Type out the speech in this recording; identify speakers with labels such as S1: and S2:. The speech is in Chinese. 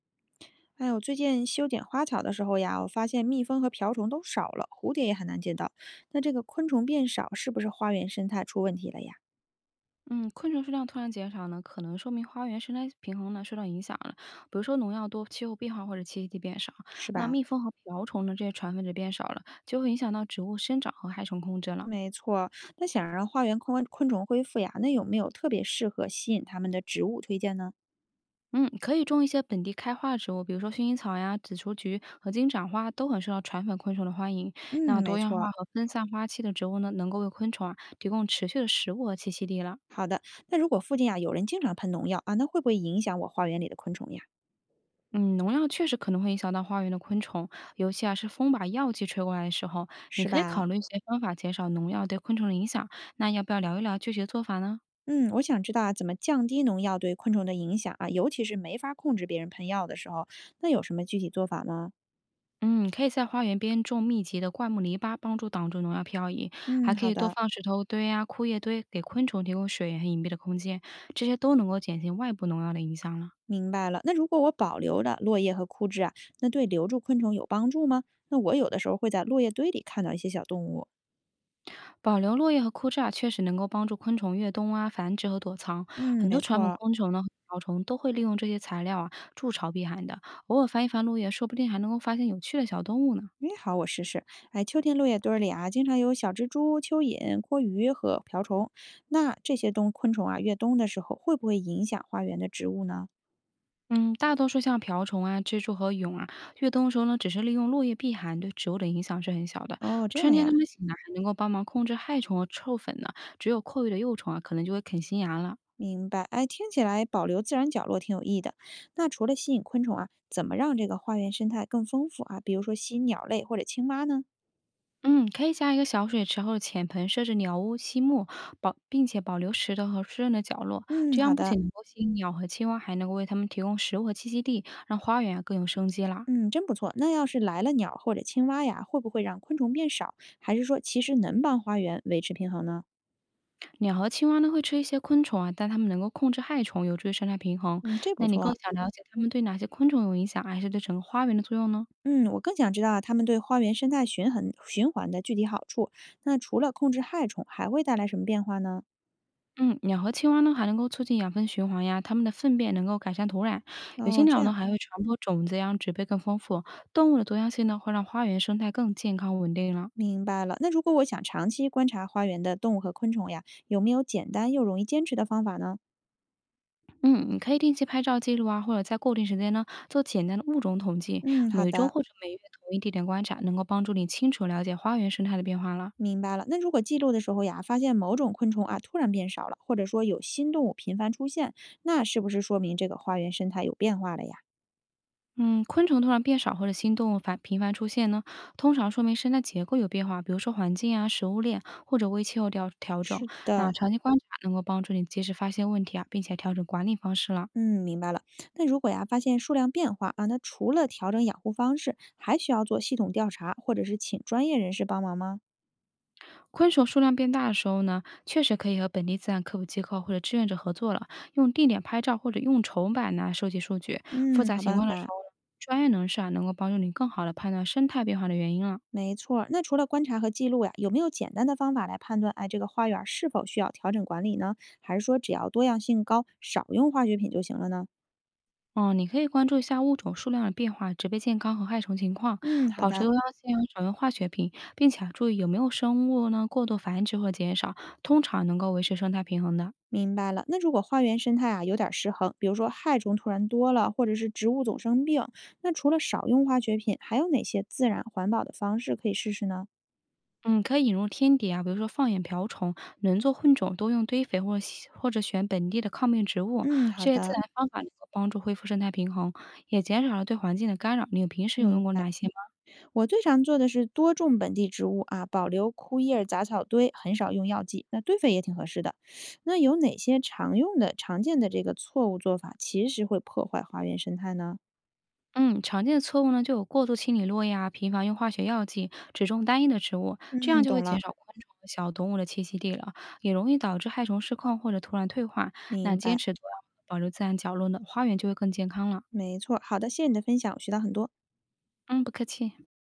S1: 哎，我最近修剪花草的时候呀，我发现蜜蜂和瓢虫都少了，蝴蝶也很难见到。那这个昆虫变少，是不是花园生态出问题了呀？
S2: 嗯，昆虫数量突然减少呢，可能说明花园生态平衡呢受到影响了，比如说农药多、气候变化或者栖息地变少。
S1: 是
S2: 那
S1: 吧？
S2: 蜜蜂和瓢虫呢，这些传粉者变少了，就会影响到植物生长和害虫控制了。
S1: 没错。那想让花园昆虫恢复呀，那有没有特别适合吸引它们的植物推荐呢？
S2: 嗯，可以种一些本地开花的植物，比如说薰衣草呀、紫雏菊和金盏花，都很受到传粉昆虫的欢迎。
S1: 嗯，
S2: 那多
S1: 没
S2: 样化
S1: 错。
S2: 和分散花期的植物呢，能够为昆虫啊提供持续的食物和栖息地了。
S1: 好的。那如果附近啊有人经常喷农药啊，那会不会影响我花园里的昆虫呀？
S2: 嗯，农药确实可能会影响到花园的昆虫，尤其啊是风把药剂吹过来的时候，你
S1: 是
S2: 可以考
S1: 吧？
S2: 虑一些方法减少农药对昆虫的影响。那要不要聊一聊具体的做法呢？
S1: 嗯，我想知道啊，怎么降低农药对昆虫的影响啊，尤其是没法控制别人喷药的时候，那有什么具体做法吗？
S2: 嗯，可以在花园边种密集的灌木篱笆，帮助挡住农药漂移，还
S1: 嗯，
S2: 可
S1: 好
S2: 以多
S1: 的。
S2: 放石头堆啊、枯叶堆，给昆虫提供水源和隐蔽的空间，这些都能够减轻外部农药的影响了。
S1: 明白了。那如果我保留了落叶和枯枝啊，那对留住昆虫有帮助吗？那我有的时候会在落叶堆里看到一些小动物。
S2: 保留落叶和枯枝啊，确实能够帮助昆虫越冬啊繁殖和躲藏。
S1: 嗯，
S2: 很多
S1: 没
S2: 传
S1: 错
S2: 统
S1: 儿。
S2: 昆虫呢，瓢虫都会利用这些材料啊筑巢避寒的。偶尔翻一翻落叶，说不定还能够发现有趣的小动物呢。
S1: 诶，好，我试试。哎，秋天落叶堆儿里啊，经常有小蜘蛛、蚯蚓、蛞蝓和瓢虫。那这些冬昆虫啊，越冬的时候会不会影响花园的植物呢？
S2: 嗯，大多数像瓢虫啊、蜘蛛和蛹啊，越冬的时候呢，只是利用落叶避寒，对植物的影响是很小的。
S1: 哦，这
S2: 春
S1: 样
S2: 天它
S1: 呀，
S2: 们醒来还能够帮忙控制害虫和臭粉呢，只有阔鱼的幼虫啊，可能就会啃新芽了。
S1: 明白。哎，听起来保留自然角落挺有益的。那除了吸引昆虫啊，怎么让这个花园生态更丰富啊？比如说吸引鸟类或者青蛙呢？
S2: 嗯，可以加一个小水池或者浅盆，设置鸟屋栖木，并且保留石头和湿润的角落，
S1: 嗯，
S2: 这
S1: 好
S2: 样不
S1: 的。
S2: 仅能够吸引鸟和青蛙，还能够为它们提供食物和栖息地，让花园啊更有生机啦。
S1: 嗯，真不错。那要是来了鸟或者青蛙呀，会不会让昆虫变少？还是说其实能帮花园维持平衡呢？
S2: 鸟和青蛙呢会吃一些昆虫啊，但它们能够控制害虫，有助于生态平衡。
S1: 嗯，这
S2: 那
S1: 不
S2: 你更
S1: 错。
S2: 想了解它们对哪些昆虫有影响，还是对整个花园的作用呢？
S1: 嗯，我更想知道啊，它们对花园生态循环的具体好处。那除了控制害虫，还会带来什么变化呢？
S2: 嗯，鸟和青蛙呢还能够促进养分循环呀，它们的粪便能够改善土壤。有些
S1: 哦，这
S2: 鸟呢
S1: 样
S2: 还会传播种子呀，让植被更丰富。动物的多样性呢会让花园生态更健康稳定了。
S1: 明白了。那如果我想长期观察花园的动物和昆虫呀，有没有简单又容易坚持的方法呢？
S2: 嗯，你可以定期拍照记录啊，或者在固定时间呢做简单的物种统计，
S1: 嗯，好
S2: 每周
S1: 的。
S2: 或者每月同一地点观察，能够帮助你清楚了解花园生态的变化了。
S1: 明白了，那如果记录的时候呀，发现某种昆虫啊突然变少了，或者说有新动物频繁出现，那是不是说明这个花园生态有变化了呀？
S2: 嗯，昆虫突然变少或者新动物频繁出现呢，通常说明生态结构有变化，比如说环境啊、食物链或者微气候调整。那长期观察能够帮助你及时发现问题啊，并且调整管理方式了。
S1: 嗯，明白了。那如果呀发现数量变化啊，那除了调整养护方式，还需要做系统调查，或者是请专业人士帮忙吗？
S2: 昆虫数量变大的时候呢，确实可以和本地自然科普机构或者志愿者合作了，用定点拍照或者用筹板来收集数据。复
S1: 嗯，
S2: 杂
S1: 好
S2: 情
S1: 办
S2: 况的时候
S1: 法，
S2: 呢，专业人士啊能够帮助你更好的判断生态变化的原因了。
S1: 没错儿。那除了观察和记录呀，有没有简单的方法来判断哎这个花园儿是否需要调整管理呢？还是说只要多样性高，少用化学品就行了呢？
S2: 哦，你可以关注一下物种数量的变化、植被健康和害虫情况，
S1: 嗯，好
S2: 保持
S1: 的。
S2: 多样性啊少用化学品，并且啊注意有没有生物呢过度繁殖或减少，通常能够维持生态平衡的。
S1: 明白了，那如果花园生态啊有点儿失衡，比如说害虫突然多了，或者是植物总生病，那除了少用化学品，还有哪些自然环保的方式可以试试呢？
S2: 嗯，可以引入天敌啊，比如说放眼瓢虫，能做混种多用堆肥或者选本地的抗病植物，
S1: 嗯，好
S2: 这些自
S1: 的，
S2: 然方法能够帮助恢复生态平衡，也减少了对环境的干扰。你平时有用
S1: 明
S2: 过
S1: 白。
S2: 哪些吗？
S1: 我最常做的是多种本地植物啊，保留枯叶儿杂草堆，很少用药剂。那堆肥也挺合适的。那有哪些常用的、常见的这个错误做法，其实会破坏花园生态呢？
S2: 嗯，常见的错误呢，就有过度清理落叶啊，频繁用化学药剂，只种单一的植物，这样
S1: 嗯，
S2: 就会
S1: 懂
S2: 减
S1: 了，
S2: 少昆虫和小动物的栖息地了，也容易导致害虫失控或者突然退化。那
S1: 明
S2: 坚
S1: 白，
S2: 持多样化保留自然角落呢，花园就会更健康了。
S1: 没错。好的，谢谢你的分享，我学到很多。
S2: 嗯，不客气。